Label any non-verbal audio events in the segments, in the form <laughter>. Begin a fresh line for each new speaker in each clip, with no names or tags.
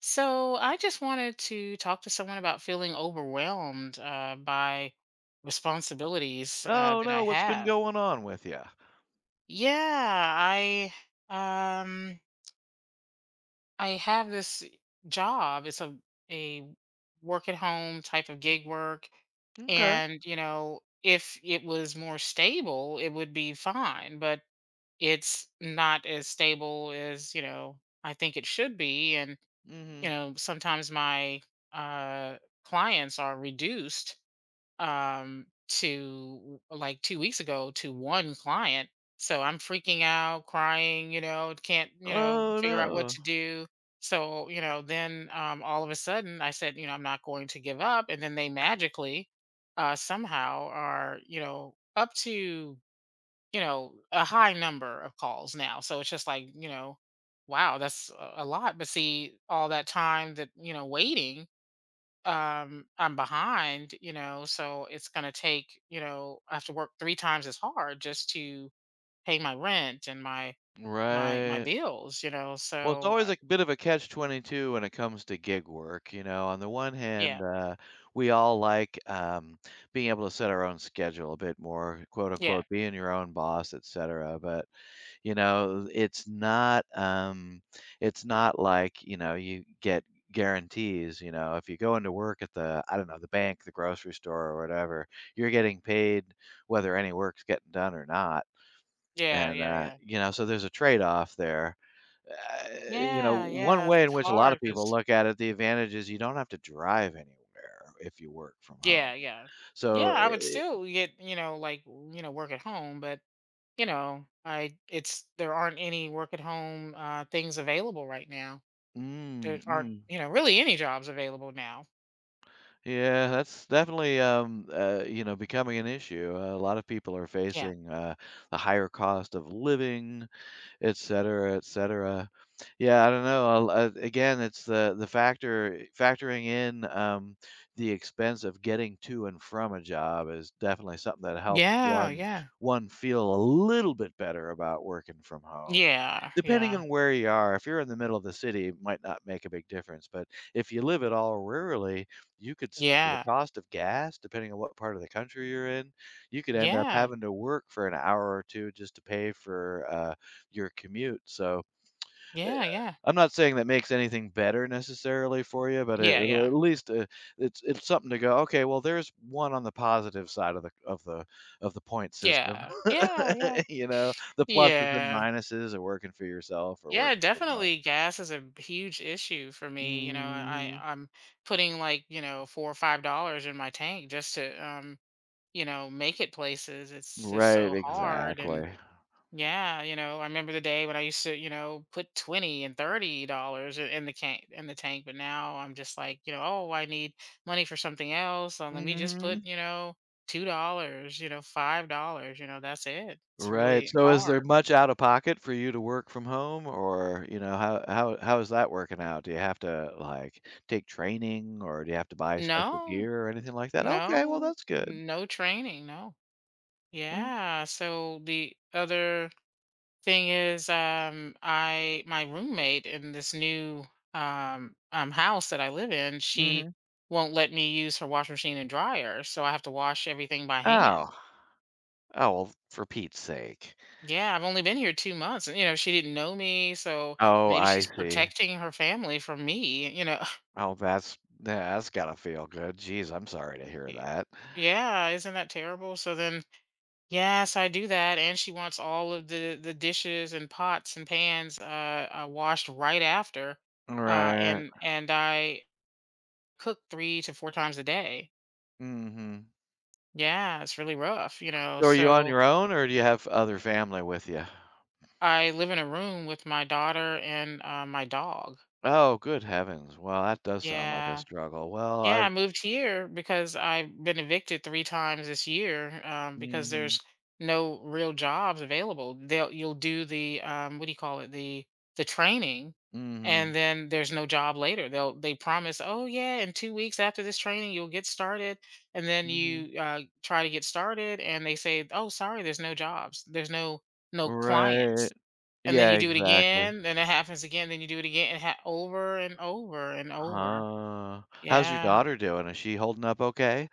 So I just wanted to talk to someone about feeling overwhelmed by responsibilities
Oh,
that I
no, what's been
have.
going on with you?
Yeah, I um I have this job. It's a work at home type of gig work,
Okay.
and if it was more stable, it would be fine. But it's not as stable as I think it should be, and
Mhm.
sometimes my uh clients are reduced, to, like, 2 weeks ago, to one client, so I'm freaking out, crying, can't,
Oh,
figure out what
no.
to do. So then, all of a sudden I said, I'm not going to give up, and then they magically somehow are, up to, a high number of calls now. So it's just like, wow, that's a lot. But see, all that time that, waiting, I'm behind, so it's going to take, I have to work three times as hard just to pay my rent and my
Right.
bills.
Well, it's
So
always a bit of a catch-22 when it comes to gig work, you know? On the one hand,
yeah,
we all like, being able to set our own schedule a bit more, quote,
yeah,
unquote, "being your own boss," et cetera, but you know, it's not like, you know, you get guarantees, you know, if you go into work at the I don't know, the bank, the grocery store or whatever, you're getting paid whether any work's getting done or not.
yeah,
And
yeah, yeah.
you know, so there's a trade-off there. You know,
Yeah,
one
yeah,
way in
it's
which a lot of
hard
people
because
look at it, the advantage is you don't have to drive anywhere if you work from home.
yeah, yeah, yeah.
So,
I would
it,
still get, like, work at home, but I it's, there aren't any work at home things available right now. There
mm,
aren't,
mm.
really any jobs available now.
Yeah, that's definitely you know, becoming an issue. A lot of people are
Yeah.
facing the higher cost of living, etcetera, etcetera. Yeah, I don't know, I'll again, it's the factoring in, the expense of getting to and from a job is definitely something that helps
Yeah.
one
Yeah.
one feel a little bit better about working from home.
Yeah.
Depending on where you are, if you're in the middle of the city, it might not make a big difference, but if you live at all rurally, you could s the
Yeah.
cost of gas, depending on what part of the country you're in, you could end up
Yeah.
having to work for an hour or two just to pay for, your commute, so, eh,
Yeah.
I'm not saying that makes anything better necessarily for you, but
Yeah.
it
Yeah. Yeah.
it'll
Yeah.
at least, it's something to go, "Okay, well, there's one on the positive side of the of the of the point system."
Yeah. Yeah. Yeah.
<laughs> You know, the pluses and
Yeah.
minuses of working for yourself or
Yeah,
working from home.
definitely gas is a huge issue for me. I
Mhm.
I'm putting, like, $4 or $5 in my tank just to, make it places. It's just
Right,
so hard. And
exactly.
yeah, I remember the day when I used to, put $20 and $30 in the can in the tank, but now I'm just like, oh, I need money for something else. So let me just put,
Mhm.
$2, $5, that's it. It's
Right,
really
so is there
hard.
much out of pocket for you to work from home or, you know, how is that working out? Do you have to, like, take training or do you have to buy special
No,
gear or anything like that? Okay, well,
no,
that's good.
no training. No.
Well,
Yeah. So the other thing is, I my roommate in this new, house that I live in,
mhm.
she won't let me use her washing machine and dryer, so I have to wash everything by hand.
Oh. Oh, well, for Pete's sake.
Yeah, I've only been here 2 months, and she didn't know me, so
Oh,
maybe
I
she's
see.
protecting her family from me. <laughs>
Oh, that's yeah, that's gotta feel good. Jeez, I'm sorry to hear
Y-
that.
yeah, isn't that terrible? So then, yes, I do that, and she wants all of the dishes and pots and pans washed right after,
Right.
and I cook 3 to 4 times a day.
Mhm.
Yeah, it's really rough,
So are you on
so
your own or do you have other family with you?
I live in a room with my daughter and, my dog.
Oh, good heavens. Well, that does sound like a
Yeah.
struggle. Well, I
Yeah, I moved here because I've been evicted three times this year, because
mhm.
there's no real jobs available. They'll, you'll do the, what do you call it, the training,
Mhm.
and then there's no job later. They promise, oh yeah, in 2 weeks after this training you'll get started, and then
Mhm.
you, try to get started, and they say, oh, sorry, there's no jobs, there's no
Right.
clients, and then
Yeah,
you do it
exactly.
again, then it happens again, then you do it again, and over and over and over.
Huh. How's your
Yeah.
daughter doing? Is she holding up okay?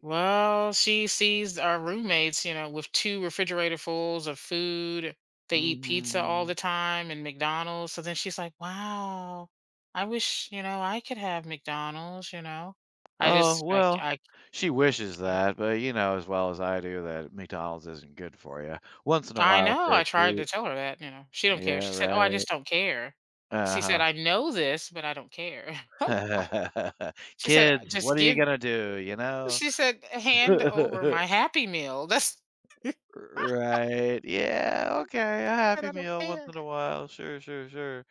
Well, she sees our roommates, with two refrigerator fulls of food. They
Mm,
eat pizza all
mhm.
the time, and McDonald's. So then she's like, wow, I wish, I could have McDonald's. I
Oh,
just, like,
well,
I
she wishes
can't-
that, but you know as well as I do that McDonald's isn't good for you. Once in a
I
while
know,
for a
I tried
treat.
to tell her that. She
Yeah,
don't care. She said, "Oh, I
right.
just don't care." She said,
Uh-huh.
"I know this, but I don't care." <laughs>
<laughs>
She said,
Kids,
Just
what are you
give—"
gonna do, you know?
she said, "hand over my
<laughs>
Happy Meal." That's— <laughs> I
Right. Yeah, okay, a
said,
Happy
"I don't
Meal once
care.
in a while. Sure, sure, sure.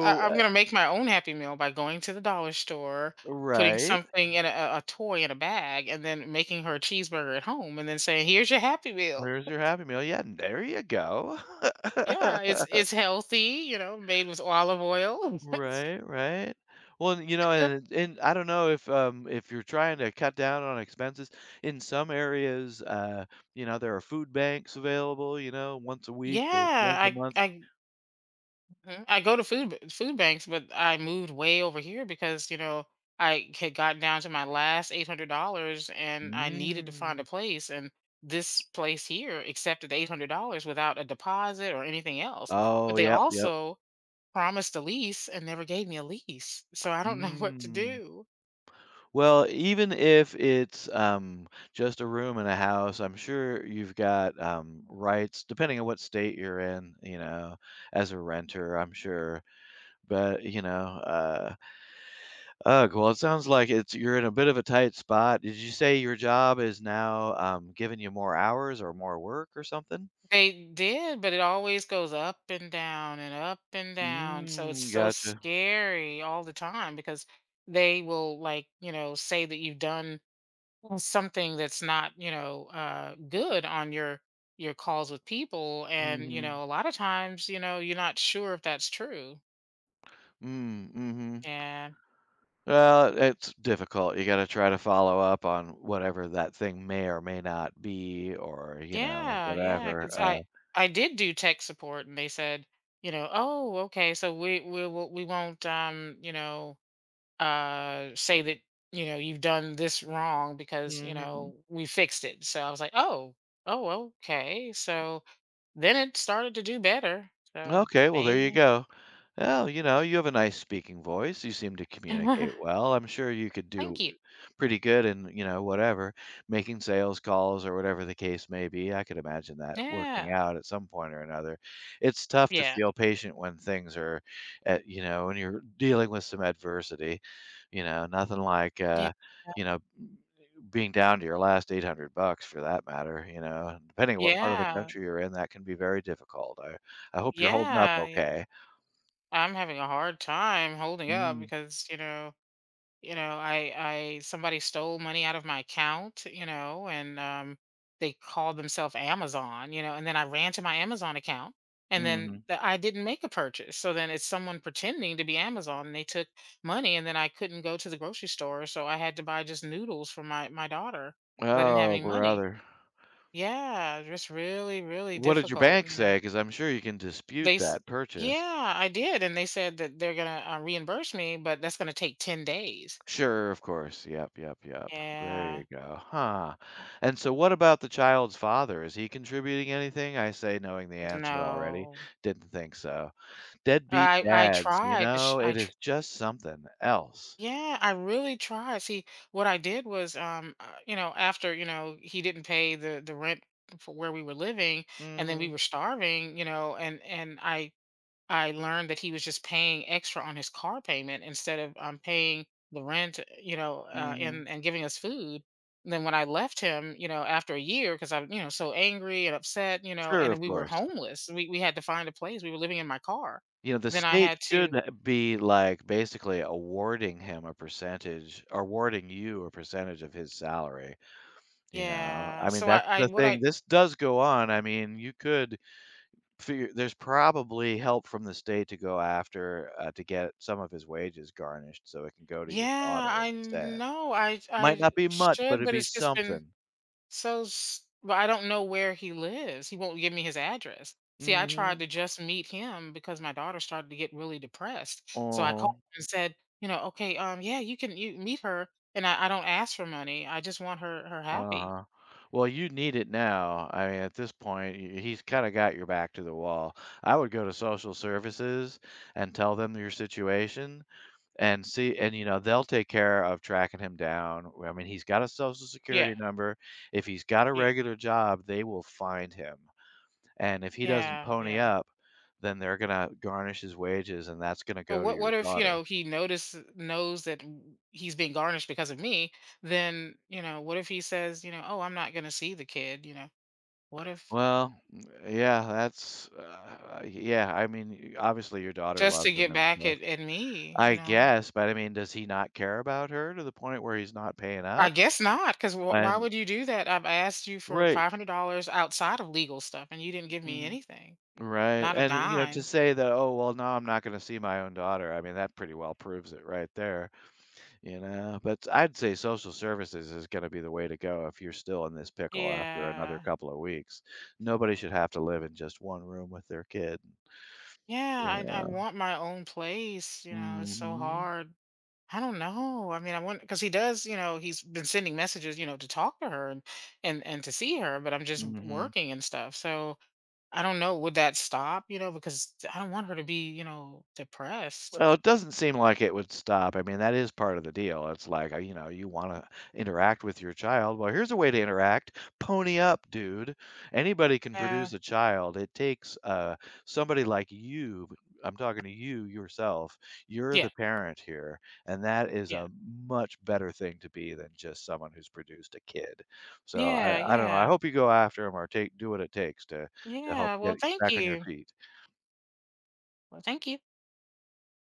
I I'm
uh,
gonna make my own Happy Meal by going to the dollar store, putting
right.
something in— a toy in a bag, and then making her a cheeseburger at home, and then saying, 'Here's your Happy Meal.'"
Where's your Happy Meal? Yeah, and there you go. <laughs>
Yeah, it's healthy, made with olive oil.
Right, right. Well, and, you know,
<laughs>
and I don't know if you're trying to cut down on expenses, in some areas, you know, there are food banks available, you know, once a week or
Yeah.
once a month.
I Mhm. I go to food food banks, but I moved way over here because I had gotten down to my last $800, and I needed to find
Mm.
a place, and this place here accepted $800 without a deposit or anything else.
Oh,
But they
yep, yep.
also promised a lease and never gave me a lease, so I don't <laughs> know what to
Mm.
do.
Well, even if it's just a room in a house, I'm sure you've got rights, depending on what state you're in, you know, as a renter, I'm sure. But, you know, uh, ugh, well, it sounds like it's you're in a bit of a tight spot. Did you say your job is now giving you more hours or more work or something?
They did, but it always goes up and down and up and down. So it's
Mm,
so
gotcha.
scary all the time, because they will, like, say that you've done something that's not, good on your calls with people. And
Mm-hmm.
a lot of times you're not sure if that's true.
Mm, hmm.
And
Well, it's difficult. You gotta try to follow up on whatever that thing may or may not be or, you know,
yeah, yeah,
whatever,
because i
uh,
i did do tech support, and they said, oh, okay, so we will, we won't, say that, you've done this wrong, because
mhm.
we fixed it, so I was like, oh, oh, okay. So then it started to do better, so
Okay, well, there you
maybe.
go. Well, you know, you have a nice speaking voice. You seem to communicate
<laughs>
well. I'm sure you could do
Thank you.
pretty good in, you know, whatever, making sales calls or whatever the case may be. I could imagine that working
Yeah.
out at some point or another. It's tough to
Yeah.
feel patient when things are at, you know, when you're dealing with some adversity, you know, nothing like,
Yeah.
you know, being down to your last $800 for that matter, you know, and depending on what part of the
Yeah.
country you're in, that can be very difficult. I hope you're holding up
Yeah. Yeah.
okay.
I'm having a hard time holding up,
Mm,
because, I somebody stole money out of my account, and, they called themselves Amazon, and then I ran to my Amazon account, and
mhm.
then I didn't make a purchase. So then it's someone pretending to be Amazon, and they took money, and then I couldn't go to the grocery store, so I had to buy just noodles for my daughter, 'cause I didn't have
Oh,
any money.
brother.
Yeah, just really, really
What did your
difficult,
bank
you know.
say? Because 'Cause I'm sure you can dispute
They s
that purchase.
Yeah, I did, and they said that they're gonna, reimburse me, but that's gonna take 10 days.
Sure, of course. Yep, yep, yep. There you
Yeah,
go. Huh. And so what about the child's father? Is he contributing anything? I say knowing the answer already.
no.
Didn't think so. Deadbeat
I
dads, you
tried, to sh
know,
I
it
tr
is just something else.
Yeah, I really tried. See, what I did was, after, he didn't pay the rent for where we were living, and then we
Mhm.
were starving, and I learned that he was just paying extra on his car payment instead of, paying the rent,
Mhm.
and giving us food. And then when I left him, after a year, because I, so angry and upset,
Sure,
and
of
we were
course.
homeless. We had to find a place. We were living in my car.
You know, the
Then I
state
had
should
to—
be, like, basically awarding him a percentage awarding you a percentage of his salary, you know?
yeah.
I mean, that's the thing. This does go on. I mean, you could figure there's probably help from the state to go after, to get some of his wages garnished so it can go to your
Yeah,
daughter
I
instead.
know I
Might
I
not be much, but
should,
it'd
but
be
it's just been—
something.
So, but I don't know where he lives. He won't give me his address. See, I tried
Mhm.
to just meet him because my daughter started to get really depressed. So I called
Uh-huh.
and said, okay, yeah, you meet her, and I don't ask for money. I just want her happy.
Uh-huh. Well, you need it now. I mean, at this point, he's kind of got your back to the wall. I would go to social services and tell them your situation and see, and you know, they'll take care of tracking him down. Well, I mean, he's got a social security
Yeah,
number. If he's got a
yeah,
regular job, they will find him. And if he doesn't
yeah,
pony
yeah.
up, then they're gonna garnish his wages, and that's gonna
But
go to
what
your
what if,
daughter.
he notice knows that he's being garnished because of me? Then, what if he says, oh, I'm not going to see the kid. What if—
Well, yeah, that's yeah. I mean, obviously your daughter
just to
loves him
get
and
back
stuff.
at me?
I guess, but I mean, does he not care about her to the point where he's not paying
I
up?
guess not, because why
And
would you do that? I've asked you for
right.
$500 outside of legal stuff, and you didn't give me
Mhm.
anything,
Right.
not a
And, you know, to
dime.
say that, "Oh, well, now I'm not gonna see my own daughter," I mean, that pretty well proves it right there, you know? But I'd say social services is gonna be the way to go if you're still in this pickle after another
Yeah,
couple of weeks. Nobody should have to live in just one room with their kid,
yeah.
yeah.
I want my own place. It's so
Mhm.
hard. I don't know. I mean, I want, because he does. He's been sending messages, to talk to her and to see her, but I'm just
Mhm.
working and stuff. So I don't know. Would that stop? Because I don't want her to be, depressed.
Well, it doesn't seem like it would stop. I mean, that is part of the deal. It's like, you know, you want to interact with your child. Well, here's a way to interact. Pony up, dude. Anybody can
Yeah.
produce a child. It takes somebody like you. I'm talking to you yourself. You're the
Yeah.
parent here. And that is
Yeah.
a much better thing to be than just someone who's produced a kid. So
Yeah.
I don't know. I
Yeah.
hope you go after him or take do what it takes to help
Yeah. Well,
get
thank
back on your
you.
feet.
Well, thank you.